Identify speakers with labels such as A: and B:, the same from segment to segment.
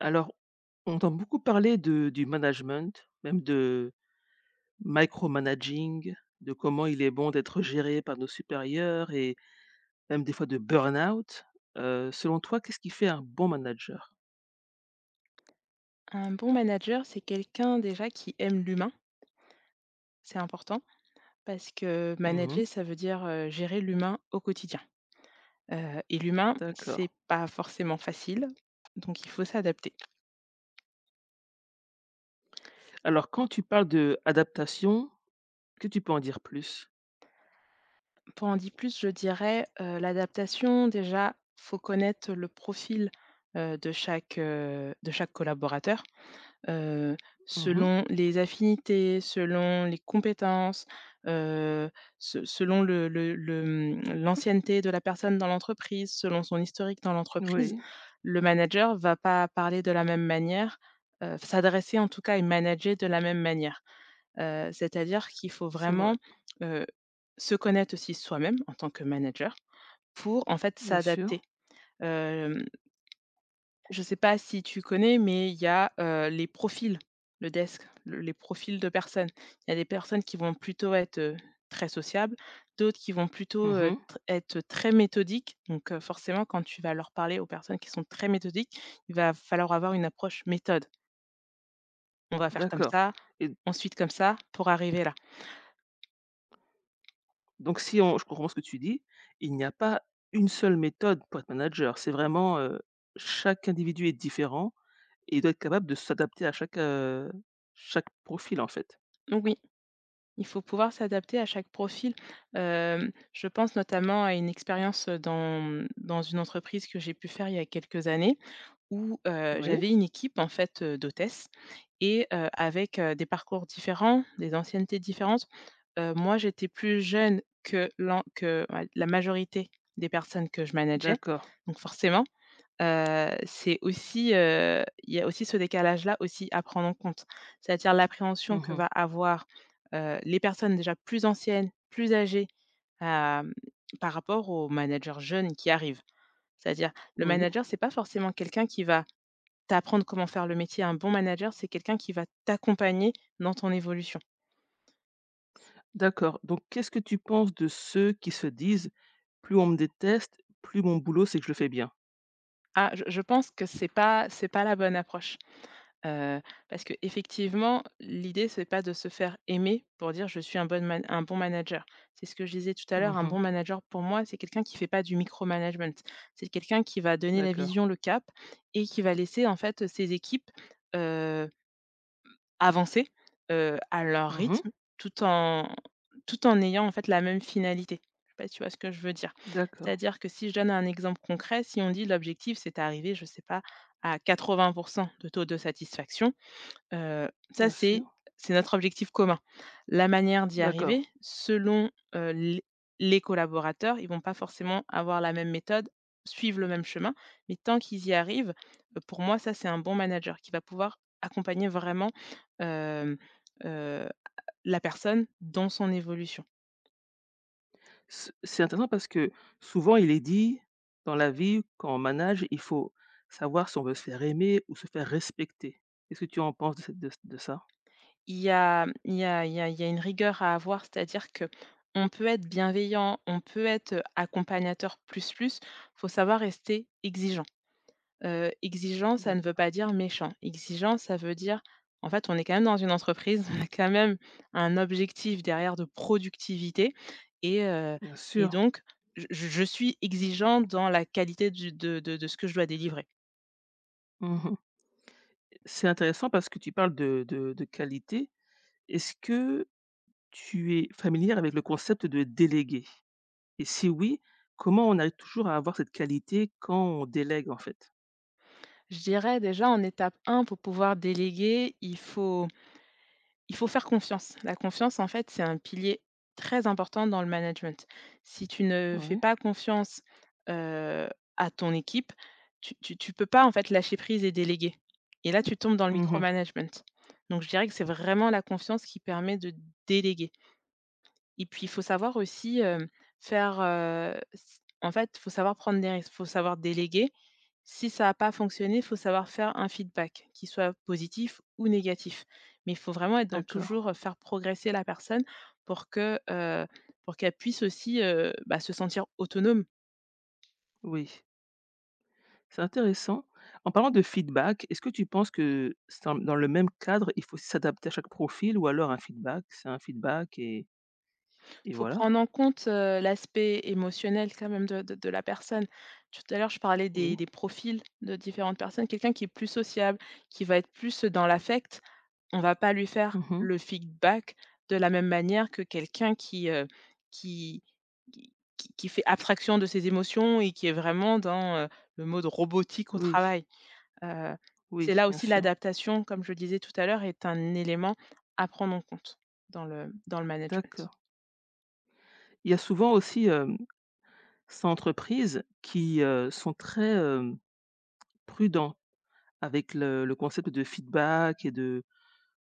A: Alors, on entend beaucoup parler de du management, même de micromanaging, de comment il est bon d'être géré par nos supérieurs et même des fois de burn-out. Selon toi, qu'est-ce qui fait un bon manager?
B: Un bon manager, c'est quelqu'un déjà qui aime l'humain, c'est important, parce que
A: Mmh.
B: manager, ça veut dire gérer l'humain au quotidien. Et l'humain,
A: D'accord.
B: c'est pas forcément facile, donc il faut s'adapter.
A: Alors quand tu parles de adaptation, que tu peux en dire plus?
B: Pour en dire plus, je dirais l'adaptation, déjà, faut connaître le profil de chaque collaborateur heu,
A: Mmh.
B: selon les affinités, selon les compétences, heu, se selon le l'ancienneté de la personne dans l'entreprise, selon son historique dans l'entreprise,
A: Oui,
B: le manager va pas parler de la même manière, s'adresser en tout cas et manager de la même manière. C'est-à-dire qu'il faut
A: c'est vrai,
B: vraiment, heu, se connaître aussi soi-même en tant que manager pour en fait
A: bien
B: s'adapter.
A: sûr.
B: Hem Je ne sais pas si tu connais, mais il y a, les profils, le desk, le les profils de personnes. Il y a des personnes qui vont plutôt être, très sociables, d'autres qui vont plutôt,
A: Mmh.
B: tr être très méthodiques. Donc, forcément, quand tu vas leur parler aux personnes qui sont très méthodiques, il va falloir avoir une approche méthode. On va faire comme
A: D'accord.
B: ça,
A: Et
B: ensuite comme ça, pour arriver là.
A: donc si on je comprends ce que tu dis, il n'y a pas une seule méthode pour être manager, c'est vraiment, chaque individu est différent et il doit être capable de s'adapter à chaque profil, en fait.
B: Donc oui, il faut pouvoir s'adapter à chaque profil. Je pense notamment à une expérience, dans une entreprise que j'ai pu faire il y a quelques années. Où,
A: Oui,
B: j'avais une équipe en fait, d'hôtesses et avec, des parcours différents, des anciennetés différentes. Moi j'étais plus jeune que l'an que on la majorité des personnes que je manageais.
A: d'accord.
B: Donc forcément, c'est aussi, il y a aussi ce décalage-là aussi à prendre en compte. C'est-à-dire l'appréhension que
A: Mmh.
B: va avoir, les personnes déjà plus anciennes, plus âgées, hem, par rapport aux managers jeunes qui arrivent. C'est-à-dire le
A: Oui,
B: manager, c'est pas forcément quelqu'un qui va t'apprendre comment faire le métier. Un bon manager, c'est quelqu'un qui va t'accompagner dans ton évolution.
A: d'accord. Donc qu'est-ce que tu penses de ceux qui se disent: «Plus on me déteste, plus mon boulot, c'est que je le fais bien»?
B: Ah, je pense que c'est pas la bonne approche, heu, parce que effectivement, l'idée, c'est pas de se faire aimer pour dire: «Je suis un bon man un bon manager». C'est ce que je disais tout à l'heure, un
A: Mmh.
B: bon manager, pour moi, c'est quelqu'un qui fait pas du micromanagement. C'est quelqu'un qui va donner la
A: D'accord.
B: vision, le cap et qui va laisser, en fait, ses équipes, euh, avancer, à leur
A: Mmh.
B: rythme, tout en tout en ayant en fait la même finalité. Je sais pas si tu vois ce que je veux dire?
A: D'accord,
B: C'est-à-dire que si je donne un exemple concret, si on dit l'objectif c'est d'arriver, je sais pas, à 80 de taux de satisfaction. Heu, ça
A: bien
B: c'est
A: sûr.
B: c'est notre objectif commun. La manière d'y
A: D'accord.
B: arriver, selon, les collaborateurs, ils vont pas forcément avoir la même méthode, suivre le même chemin, mais tant qu'ils y arrivent, pour moi ça c'est un bon manager qui va pouvoir accompagner vraiment, hem, heu, la personne dans son évolution.
A: C'est intéressant parce que souvent, il est dit dans la vie, quand on manage, il faut savoir si on veut se faire aimer ou se faire respecter. Qu'est-ce que tu en penses de cette de ça?
B: Il y a il y a il y a il y a une rigueur à avoir, c'est-à-dire qu'on peut être bienveillant, on peut être, accompagnateur plus, faut savoir rester exigeant. Exigeant, ça ne veut pas
A: D'accord,
B: dire méchant. Exigeant, ça veut dire en fait, on est quand même dans une entreprise, on a quand même un objectif derrière de productivité et heu
A: bien
B: et
A: sûr.
B: donc je suis exigeant dans la qualité du de ce que je dois délivrer.
A: Mmh. C'est intéressant parce que tu parles de qualité. Est-ce que tu es familière avec le concept de déléguer? Et si oui, comment on arrive toujours à avoir cette qualité quand on délègue, en fait?
B: Je dirais déjà en étape un pour pouvoir déléguer, il faut faire confiance. La confiance, en fait, c'est un pilier très important dans le management. Si tu ne fais
A: Oui.
B: pas confiance, heu, à ton équipe, tu peux pas, en fait, lâcher prise et déléguer et là, tu tombes dans le
A: Mmh.
B: micromanagement. Donc je dirais que c'est vraiment la confiance qui permet de déléguer et puis, il faut savoir aussi, faire, s en fait, il faut savoir prendre des risques, il faut savoir déléguer si ça n'a pas fonctionné, il faut savoir faire un feedback, qu'il soit positif ou négatif. Mais il faut vraiment être dans
A: D'accord,
B: toujours, faire progresser la personne pour que, pour qu'elle puisse aussi, bah, se sentir autonome.
A: oui. C'est intéressant. En parlant de feedback, est-ce que tu penses que c'est dans le même cadre, il faut s'adapter à chaque profil ou alors un feedback, c'est un feedback et
B: Il faut
A: voilà?
B: prendre en compte, l'aspect émotionnel quand même de la personne. Tout à l'heure, je parlais des
A: Oui.
B: profils de différentes personnes. Quelqu'un qui est plus sociable, qui va être plus dans l'affect, on va pas lui faire
A: Mmh.
B: le feedback de la même manière que quelqu'un qui, qui qui fait abstraction de ses émotions et qui est vraiment dans, le mode robotique au
A: Oui,
B: travail. Heu, c'est
A: oui,
B: là
A: bien
B: aussi
A: sûr.
B: l'adaptation, comme je le disais tout à l'heure, est un élément à prendre en compte dans le management.
A: D'accord. Il y a souvent aussi, ces entreprises qui, sont très, prudents avec le concept de feedback et de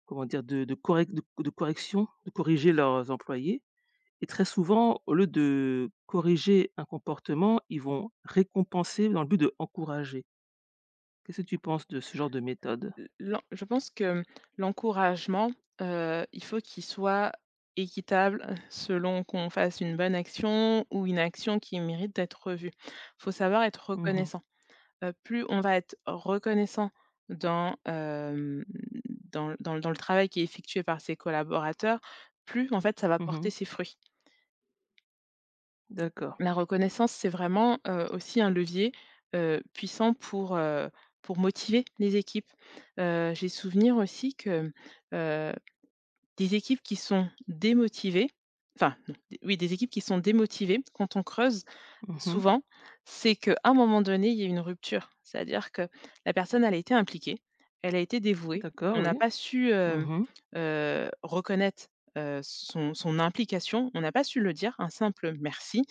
A: comment dire? De correction, de corriger leurs employés et très souvent, au lieu de corriger un comportement, ils vont récompenser dans le but de encourager. Qu'est-ce que tu penses de ce genre de méthode?
B: L'en Je pense que l'encouragement, il faut qu'il soit équitable, selon qu'on fasse une bonne action ou une action qui mérite d'être revue. Il faut savoir être
A: Mmh mh.
B: reconnaissant. Plus on va être reconnaissant dans, hem, dans dans dans le travail qui est effectué par ses collaborateurs, plus en fait ça va porter
A: Mmh.
B: ses fruits.
A: D'accord.
B: La reconnaissance, c'est vraiment, aussi un levier, puissant pour motiver les équipes. J'ai souvenir aussi que, heu, des équipes qui sont démotivées, enfin non, d oui, des équipes qui sont démotivées, quand on creuse
A: Mmh.
B: souvent, c'est qu'à un moment donné, il y a eu une rupture. C'est-à-dire que la personne, elle a été impliquée, elle a été dévouée.
A: D'accord,
B: On n'a
A: oui.
B: pas su,
A: Mmh.
B: reconnaître, son implication, on n'a pas su le dire, un simple merci,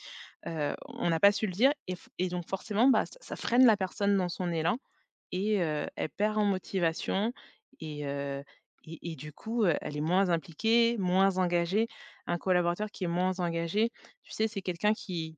B: on n'a pas su le dire et donc forcément, bah, ça freine la personne dans son élan et elle perd en motivation et heu et du coup, elle est moins impliquée, moins engagée. Un collaborateur qui est moins engagé, tu sais, c'est quelqu'un qui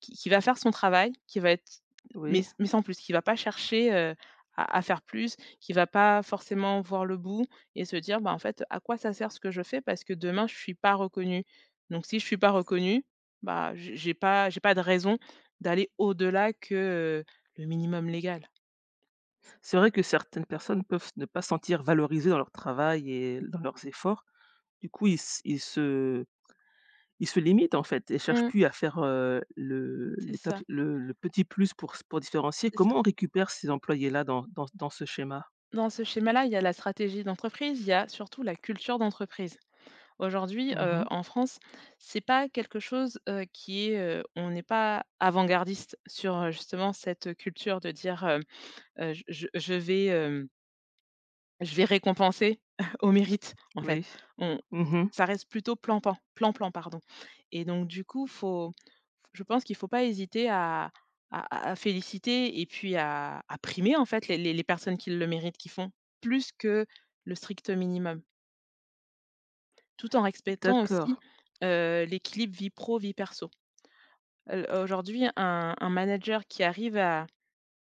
B: va faire son travail, qui va être
A: Oui.
B: mais sans plus, qui va pas chercher, à faire plus, qui va pas forcément voir le bout et se dire: «Bah, en fait, à quoi ça sert ce que je fais? Parce que demain, je suis pas reconnu. Donc si je suis pas reconnu, bah, j'ai pas de raison d'aller au-delà que, le minimum légal».
A: C'est vrai que certaines personnes peuvent ne pas se sentir valorisées dans leur travail et dans leurs efforts. Du coup, ils se il se il se limite, en fait, et cherchent
B: Mmh,
A: plus à faire, le
B: c'est
A: l'étape
B: ça,
A: le petit plus pour s pour différencier.
B: c'est ça.
A: Comment on récupère ces employés-là dans ce schéma?
B: Dans ce schéma-là, il y a la stratégie d'entreprise, il y a surtout la culture d'entreprise. Aujourd'hui,
A: Mmh.
B: en France, c'est pas quelque chose, on n'est pas avant-gardiste sur, justement cette culture de dire, Je vais, je vais récompenser au mérite», en fait.
A: Oui.
B: On
A: Mmh.
B: Ça reste plutôt plan-plan, pardon et donc du coup, faut je pense qu'il faut pas hésiter à féliciter et puis à primer, en fait, les personnes qui le méritent, qui font plus que le strict minimum. Tout en respectant aussi,
A: D'accord.
B: l'équilibre vie pro vie perso. Aujourd'hui un manager qui arrive à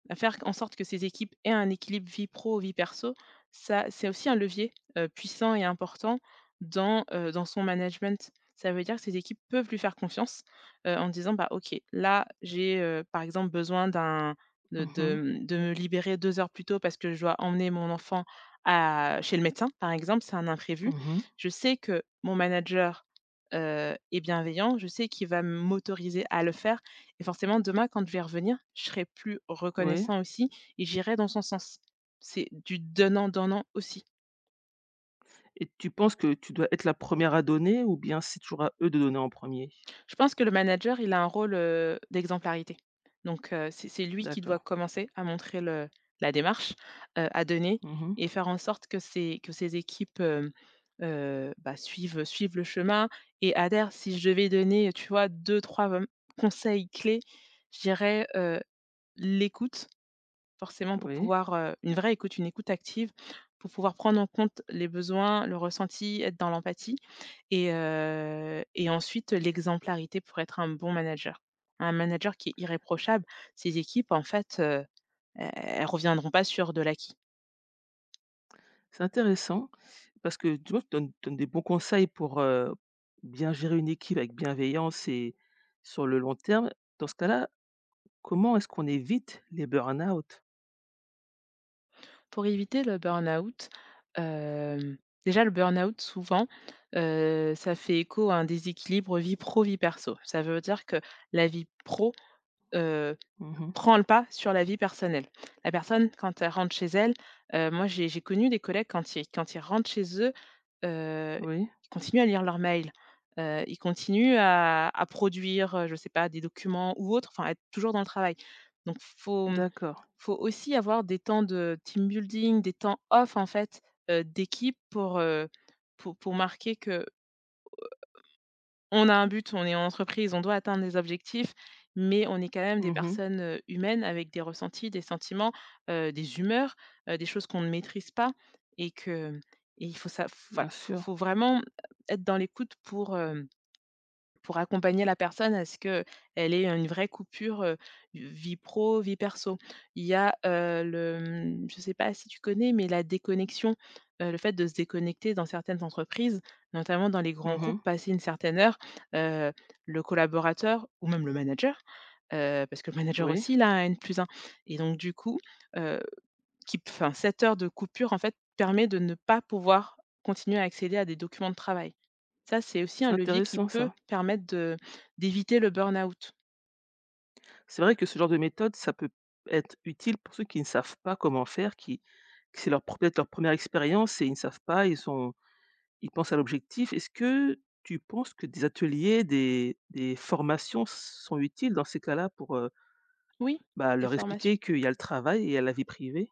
B: faire en sorte que ces équipes aient un équilibre vie pro, vie perso, ça c'est aussi un levier, puissant et important dans, dans son management. Ça veut dire que ces équipes peuvent lui faire confiance, en disant: «Bah, OK, là, j'ai, par exemple, besoin d'un
A: Mmh mh.
B: de me libérer 2 heures plus tôt parce que je dois emmener mon enfant à chez le médecin», par exemple, c'est un imprévu.
A: Mmh.
B: Je sais que mon manager, est bienveillant, je sais qu'il va m'autoriser à le faire et forcément, demain, quand je vais revenir, je serai plus
A: Oui,
B: reconnaissant aussi et j'irai dans son sens. C'est du donnant-donnant aussi.
A: et tu penses que tu dois être la première à donner ou bien c'est toujours à eux de donner en premier?
B: Je pense que le manager, il a un rôle, d'exemplarité. Donc, c'est lui qui doit
A: D'accord.
B: commencer à montrer le la démarche, à donner
A: Mmh.
B: et faire en sorte que ses équipes, bah, suivent le chemin et adhèrent. Si je devais donner, tu vois, 2-3 conseils clés, je dirais, l'écoute. Forcément pour
A: Oui,
B: pouvoir, une vraie écoute, une écoute active, pour pouvoir prendre en compte les besoins, le ressenti, être dans l'empathie et ensuite l'exemplarité pour être un bon manager. Un manager qui est irréprochable, ses équipes en fait, e elles reviendront pas sur de l'acquis.
A: c'est intéressant parce que tu vois, tu donnes donnes des bons conseils pour, bien gérer une équipe avec bienveillance et sur le long terme. Dans ce cas-là, comment est-ce qu'on évite les burn-out?
B: Pour éviter le burn-out, hem, déjà le burn-out souvent, ça fait écho à un déséquilibre vie pro, vie perso. Ça veut dire que la vie pro, heu,
A: Mmh.
B: prend le pas sur la vie personnelle. La personne quand elle rentre chez elle, moi j'ai connu des collègues quand ils rentrent chez eux,
A: Oui,
B: ils continuent à lire leurs mails, ils continuent à produire, je sais pas, des documents ou autres, enfin à être toujours dans le travail. Donc faut
A: d'accord.
B: faut aussi avoir des temps de team building, des temps off en fait, d'équipe pour, pour marquer que on a un but, on est en entreprise, on doit atteindre des objectifs, mais on est quand même des
A: Mmh.
B: personnes, humaines avec des ressentis, des sentiments, des humeurs, des choses qu'on ne maîtrise pas et que et il faut ça, voilà,
A: Bien
B: faut
A: sûr.
B: faut vraiment être dans l'écoute pour, hem pour accompagner la personne à ce que elle ait une vraie coupure, vie pro, vie perso. Il y a, le, mmh, je sais pas si tu connais, mais la déconnexion, le fait de se déconnecter dans certaines entreprises, notamment dans les grands groupes,
A: Mmh.
B: passer une certaine heure, heu, le collaborateur ou même le manager, parce que le manager
A: Oui,
B: aussi il a un N plus un. Et donc du coup, heu, qui enfin cette heure de coupure en fait permet de ne pas pouvoir continuer à accéder à des documents de travail. Ça, c'est aussi un
A: c'est
B: levier qui
A: intéressant
B: peut
A: ça.
B: permettre de d'éviter le burn-out.
A: C'est vrai que ce genre de méthode, ça peut être utile pour ceux qui ne savent pas comment faire, qui que c'est leur peut-être leur première expérience et ils ne savent pas, ils sont. Ils pensent à l'objectif. Est-ce que tu penses que des ateliers, des formations sont utiles dans ces cas-là pour,
B: Oui,
A: bah,
B: des
A: leur
B: formations.
A: expliquer qu'il y a le travail et il y a la vie privée?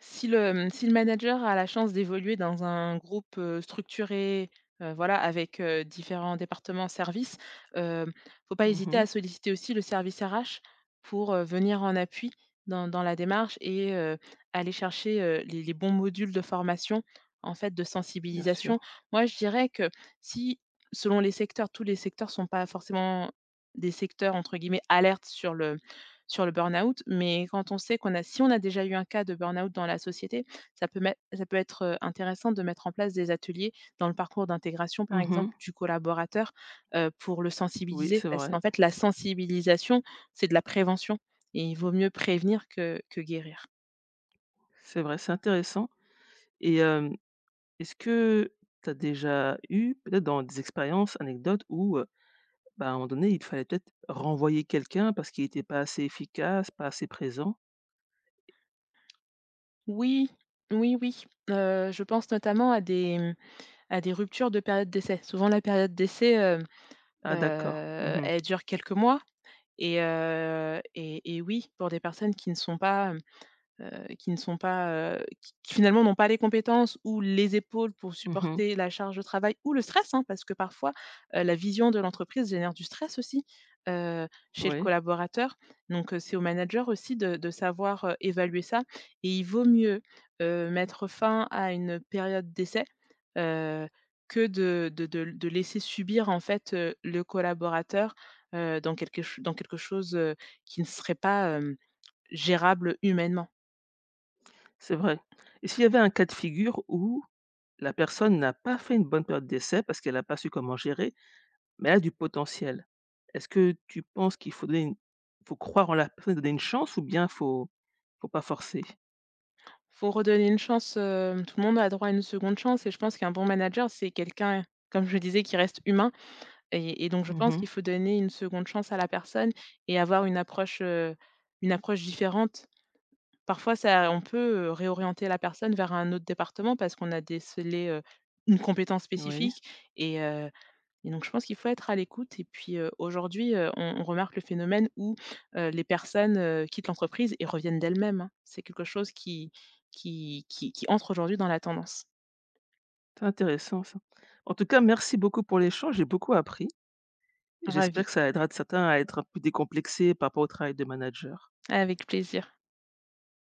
B: Si le, mmh, si le manager a la chance d'évoluer dans un groupe, structuré, voilà, avec, différents départements, services, heu, faut pas hésiter
A: Mmh.
B: à solliciter aussi le service RH pour, venir en appui dans la démarche et aller chercher, les bons modules de formation, en fait, de
A: Bien
B: sensibilisation.
A: sûr.
B: Moi, je dirais que si, selon les secteurs, tous les secteurs sont pas forcément des secteurs, entre guillemets, «alertes» sur le burn-out, mais quand on sait qu'on a si on a déjà eu un cas de burn-out dans la société, ça peut met ça peut être, intéressant de mettre en place des ateliers dans le parcours d'intégration, par
A: Mmh.
B: exemple, du collaborateur, pour le
A: Oui,
B: sensibiliser.
A: c'est
B: Parce
A: vrai,
B: qu'en fait, la sensibilisation, c'est de la prévention et il vaut mieux prévenir que guérir.
A: c'est intéressant. Et est-ce que tu as déjà eu peut-être dans des expériences, anecdotes où, bah, à un moment donné, il fallait peut-être renvoyer quelqu'un parce qu'il n'était pas assez efficace, pas assez présent?
B: Oui, oui, oui, je pense notamment à des, mmh, à des ruptures de période d'essai. Souvent la période d'essai,
A: Ah d'accord. Mmh mh.
B: elle dure quelques mois. Et oui, pour des personnes qui ne sont pas, qui ne sont pas, qui finalement n'ont pas les compétences ou les épaules pour
A: Mmh.
B: supporter la charge de travail ou le stress, hein, parce que parfois, la vision de l'entreprise génère du stress aussi, heu, chez le
A: Oui,
B: collaborateur. Donc, c'est au manager aussi de savoir, évaluer ça et il vaut mieux, mettre fin à une période d'essai, heu, que de laisser subir en fait, le collaborateur, dans quelque ch dans quelque chose, qui ne serait pas, gérable humainement.
A: c'est vrai. Et s'il y avait un cas de figure où la personne n'a pas fait une bonne période d'essai parce qu'elle n'a pas su comment gérer, mais elle a du potentiel. Est-ce que tu penses qu'il faut donner une faut croire en la personne, et donner une chance ou bien faut pas forcer?
B: Faut redonner une chance, tout le monde a droit à une seconde chance et je pense qu'un bon manager, c'est quelqu'un, comme je disais, qui reste humain et donc je pense qu'il
A: Mmh.
B: faut donner une seconde chance à la personne et avoir une approche différente. Parfois ça on peut, réorienter la personne vers un autre département parce qu'on a décelé, une compétence
A: Oui,
B: spécifique et heu et donc je pense qu'il faut être à l'écoute et puis, aujourd'hui, on remarque le phénomène où, les personnes, quittent l'entreprise et reviennent d'elles-mêmes, hein. C'est quelque chose qui qui entre aujourd'hui dans la tendance.
A: c'est intéressant ça. En tout cas, merci beaucoup pour l'échange, j'ai beaucoup appris et j'espère
B: Ravi,
A: que ça aidera de certains à être un peu décomplexés par rapport au travail de manager.
B: avec plaisir.